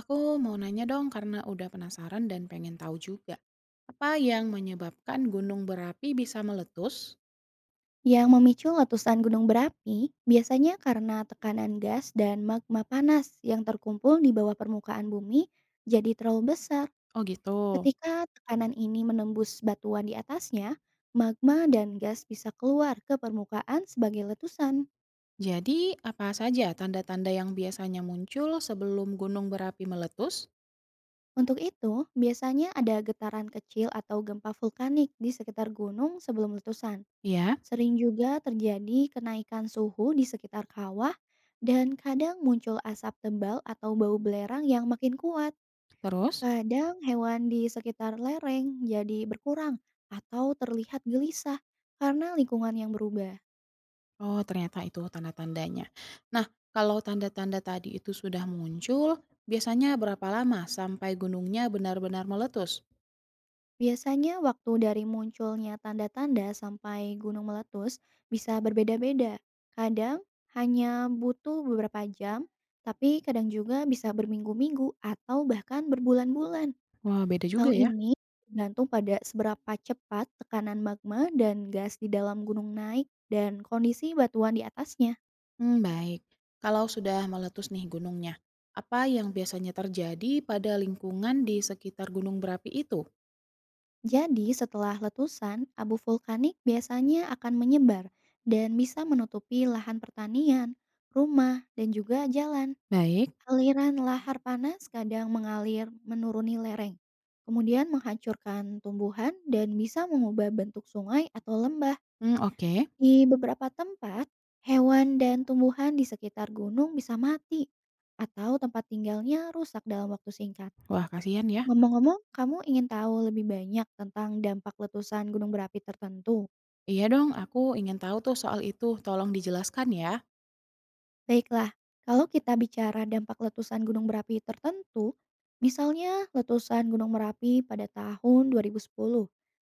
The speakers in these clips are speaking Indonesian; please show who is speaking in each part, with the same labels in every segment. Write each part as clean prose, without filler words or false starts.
Speaker 1: Aku mau nanya dong karena udah penasaran dan pengen tahu juga. Apa yang menyebabkan gunung berapi bisa meletus?
Speaker 2: Yang memicu letusan gunung berapi biasanya karena tekanan gas dan magma panas yang terkumpul di bawah permukaan bumi jadi terlalu besar.
Speaker 1: Oh gitu.
Speaker 2: Ketika tekanan ini menembus batuan di atasnya, magma dan gas bisa keluar ke permukaan sebagai letusan.
Speaker 1: Jadi apa saja tanda-tanda yang biasanya muncul sebelum gunung berapi meletus?
Speaker 2: Untuk itu, biasanya ada getaran kecil atau gempa vulkanik di sekitar gunung sebelum letusan.
Speaker 1: Iya,
Speaker 2: Sering juga terjadi kenaikan suhu di sekitar kawah dan kadang muncul asap tebal atau bau belerang yang makin kuat.
Speaker 1: terus?
Speaker 2: Kadang hewan di sekitar lereng jadi berkurang atau terlihat gelisah karena lingkungan yang berubah.
Speaker 1: Oh ternyata itu tanda-tandanya. Nah, kalau tanda-tanda tadi itu sudah muncul, biasanya berapa lama sampai gunungnya benar-benar meletus?
Speaker 2: Biasanya waktu dari munculnya tanda-tanda sampai gunung meletus bisa berbeda-beda. Kadang hanya butuh beberapa jam, tapi kadang juga bisa berminggu-minggu atau bahkan berbulan-bulan.
Speaker 1: Wah beda
Speaker 2: Hal
Speaker 1: juga ya.
Speaker 2: ini bergantung pada seberapa cepat tekanan magma dan gas di dalam gunung naik dan kondisi batuan di atasnya.
Speaker 1: Hmm, baik. Kalau sudah meletus nih gunungnya, apa yang biasanya terjadi pada lingkungan di sekitar gunung berapi itu?
Speaker 2: Jadi setelah letusan, abu vulkanik biasanya akan menyebar dan bisa menutupi lahan pertanian, rumah, dan juga jalan.
Speaker 1: Baik.
Speaker 2: Aliran lahar panas kadang mengalir menuruni lereng, kemudian menghancurkan tumbuhan dan bisa mengubah bentuk sungai atau lembah.
Speaker 1: Hmm, oke.
Speaker 2: Di beberapa tempat, hewan dan tumbuhan di sekitar gunung bisa mati atau tempat tinggalnya rusak dalam waktu singkat.
Speaker 1: Wah, kasihan ya.
Speaker 2: Ngomong-ngomong, kamu ingin tahu lebih banyak tentang dampak letusan gunung berapi tertentu?
Speaker 1: Iya dong, aku ingin tahu tuh soal itu. Tolong dijelaskan ya.
Speaker 2: Baiklah, kalau kita bicara dampak letusan gunung berapi tertentu, misalnya letusan Gunung Merapi pada tahun 2010,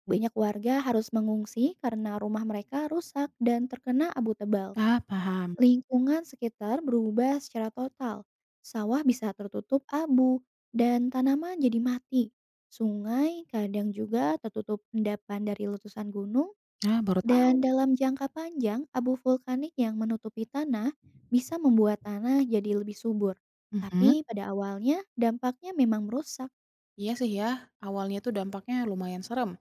Speaker 2: banyak warga harus mengungsi karena rumah mereka rusak dan terkena abu tebal.
Speaker 1: Ah paham.
Speaker 2: Lingkungan sekitar berubah secara total. Sawah bisa tertutup abu dan tanaman jadi mati. Sungai kadang juga tertutup endapan dari letusan gunung
Speaker 1: Ah, baru tahu.
Speaker 2: dan dalam jangka panjang abu vulkanik yang menutupi tanah bisa membuat tanah jadi lebih subur.
Speaker 1: Mhm.
Speaker 2: Tapi pada awalnya dampaknya memang merusak.
Speaker 1: Iya sih ya, awalnya tuh dampaknya lumayan serem.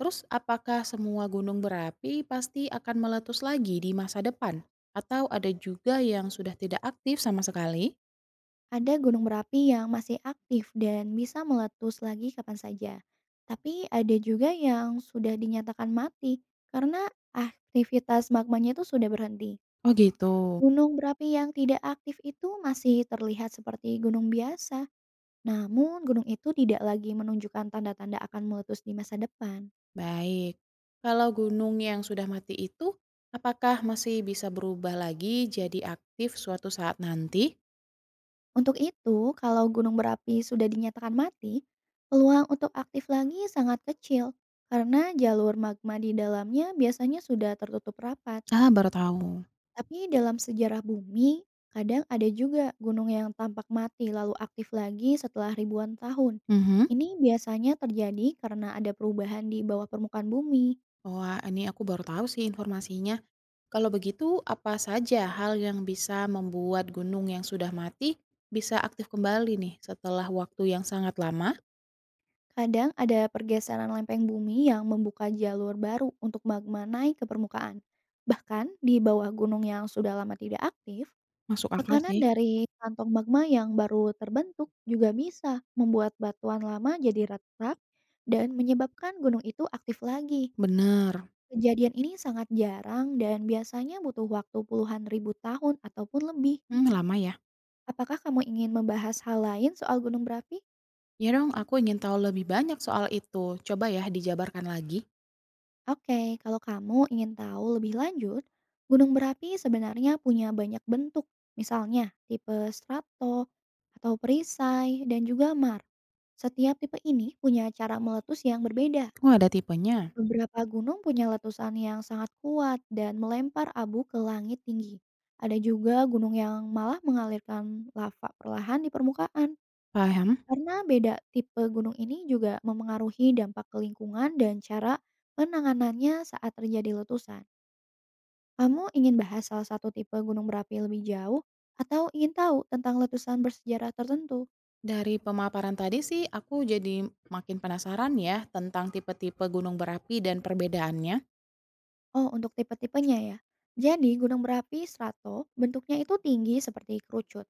Speaker 1: Terus, apakah semua gunung berapi pasti akan meletus lagi di masa depan? Atau ada juga yang sudah tidak aktif sama sekali?
Speaker 2: Ada gunung berapi yang masih aktif dan bisa meletus lagi kapan saja. Tapi ada juga yang sudah dinyatakan mati karena aktivitas magmanya itu sudah berhenti.
Speaker 1: Oh gitu.
Speaker 2: Gunung berapi yang tidak aktif itu masih terlihat seperti gunung biasa. Namun gunung itu tidak lagi menunjukkan tanda-tanda akan meletus di masa depan.
Speaker 1: Baik. Kalau gunung yang sudah mati itu, apakah masih bisa berubah lagi jadi aktif suatu saat nanti?
Speaker 2: Untuk itu, kalau gunung berapi sudah dinyatakan mati, peluang untuk aktif lagi sangat kecil karena jalur magma di dalamnya biasanya sudah tertutup rapat.
Speaker 1: Ah, baru tahu.
Speaker 2: Tapi dalam sejarah bumi, kadang ada juga gunung yang tampak mati lalu aktif lagi setelah ribuan tahun.
Speaker 1: Mhm.
Speaker 2: Ini biasanya terjadi karena ada perubahan di bawah permukaan bumi.
Speaker 1: Wah, ini aku baru tahu sih informasinya. Kalau begitu, apa saja hal yang bisa membuat gunung yang sudah mati bisa aktif kembali nih setelah waktu yang sangat lama?
Speaker 2: Kadang ada pergeseran lempeng bumi yang membuka jalur baru untuk magma naik ke permukaan. Bahkan di bawah gunung yang sudah lama tidak aktif,
Speaker 1: Masuk akal
Speaker 2: tekanan
Speaker 1: sih.
Speaker 2: dari kantong magma yang baru terbentuk juga bisa membuat batuan lama jadi retak dan menyebabkan gunung itu aktif lagi.
Speaker 1: Bener.
Speaker 2: Kejadian ini sangat jarang dan biasanya butuh waktu puluhan ribu tahun ataupun lebih.
Speaker 1: Hmm, lama ya.
Speaker 2: Apakah kamu ingin membahas hal lain soal gunung berapi?
Speaker 1: Ya dong, aku ingin tahu lebih banyak soal itu. Coba ya dijabarkan lagi.
Speaker 2: Oke, kalau kamu ingin tahu lebih lanjut, gunung berapi sebenarnya punya banyak bentuk, misalnya tipe strato atau perisai dan juga mar. Setiap tipe ini punya cara meletus yang berbeda.
Speaker 1: Oh, ada tipenya.
Speaker 2: Beberapa gunung punya letusan yang sangat kuat dan melempar abu ke langit tinggi. Ada juga gunung yang malah mengalirkan lava perlahan di permukaan.
Speaker 1: Paham?
Speaker 2: Karena beda tipe gunung ini juga memengaruhi dampak ke lingkungan dan cara penanganannya saat terjadi letusan. Kamu ingin bahas salah satu tipe gunung berapi lebih jauh atau ingin tahu tentang letusan bersejarah tertentu?
Speaker 1: Dari pemaparan tadi sih aku jadi makin penasaran ya tentang tipe-tipe gunung berapi dan perbedaannya.
Speaker 2: Oh, untuk tipe-tipenya ya. Jadi, gunung berapi strato bentuknya itu tinggi seperti kerucut.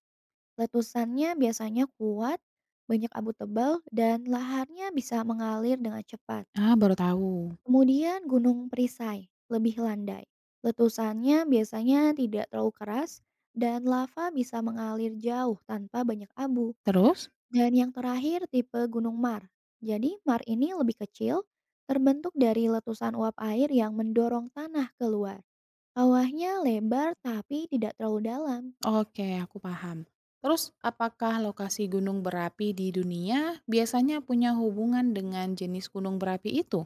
Speaker 2: Letusannya biasanya kuat, banyak abu tebal, dan laharnya bisa mengalir dengan cepat.
Speaker 1: Ah, baru tahu.
Speaker 2: Kemudian Gunung Perisai lebih landai. Letusannya biasanya tidak terlalu keras dan lava bisa mengalir jauh tanpa banyak abu.
Speaker 1: Terus?
Speaker 2: Dan yang terakhir tipe Gunung Mar. Jadi Mar ini lebih kecil, terbentuk dari letusan uap air yang mendorong tanah keluar. Kawahnya lebar tapi tidak terlalu dalam.
Speaker 1: Oke, aku paham. Terus, apakah lokasi gunung berapi di dunia biasanya punya hubungan dengan jenis gunung berapi itu?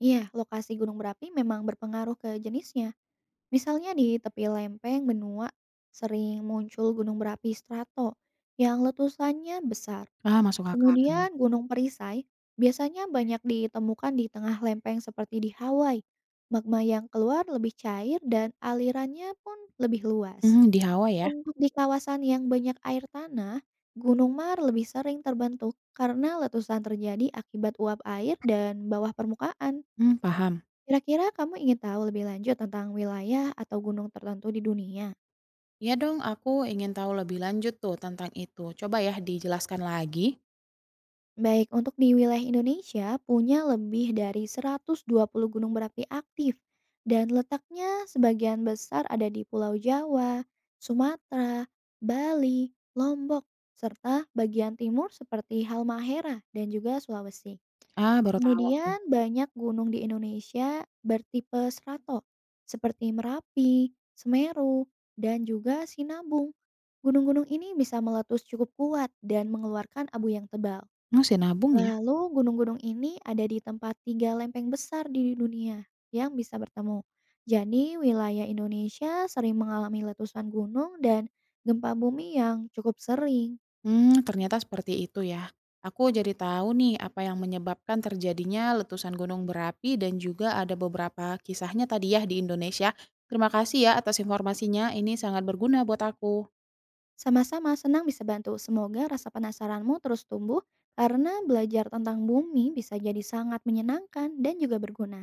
Speaker 2: Iya, lokasi gunung berapi memang berpengaruh ke jenisnya. Misalnya di tepi lempeng benua sering muncul gunung berapi strato yang letusannya besar.
Speaker 1: Ah, masuk akal.
Speaker 2: Kemudian gunung perisai biasanya banyak ditemukan di tengah lempeng seperti di Hawaii. Magma yang keluar lebih cair dan alirannya pun lebih luas.
Speaker 1: Hmm, di Hawaii ya?
Speaker 2: Untuk di kawasan yang banyak air tanah, gunung mar lebih sering terbentuk karena letusan terjadi akibat uap air dan bawah permukaan.
Speaker 1: Hmm, paham.
Speaker 2: Kira-kira kamu ingin tahu lebih lanjut tentang wilayah atau gunung tertentu di dunia?
Speaker 1: Ya dong, aku ingin tahu lebih lanjut tuh tentang itu. Coba ya dijelaskan lagi.
Speaker 2: Baik, untuk di wilayah Indonesia punya lebih dari 120 gunung berapi aktif dan letaknya sebagian besar ada di Pulau Jawa, Sumatera, Bali, Lombok, serta bagian timur seperti Halmahera dan juga Sulawesi.
Speaker 1: Ah, baru tahu aku.
Speaker 2: Kemudian banyak gunung di Indonesia bertipe strato seperti Merapi, Semeru, dan juga Sinabung. Gunung-gunung ini bisa meletus cukup kuat dan mengeluarkan abu yang tebal.
Speaker 1: Hmm, sinabung ya.
Speaker 2: Lalu gunung-gunung ini ada di tempat 3 lempeng besar di dunia yang bisa bertemu. Jadi wilayah Indonesia sering mengalami letusan gunung dan gempa bumi yang cukup sering.
Speaker 1: Mmm, ternyata seperti itu ya. Aku jadi tahu nih apa yang menyebabkan terjadinya letusan gunung berapi dan juga ada beberapa kisahnya tadi ya di Indonesia. Terima kasih ya atas informasinya, ini sangat berguna buat aku.
Speaker 2: Sama-sama senang bisa bantu. Semoga rasa penasaranmu terus tumbuh karena belajar tentang bumi bisa jadi sangat menyenangkan dan juga berguna.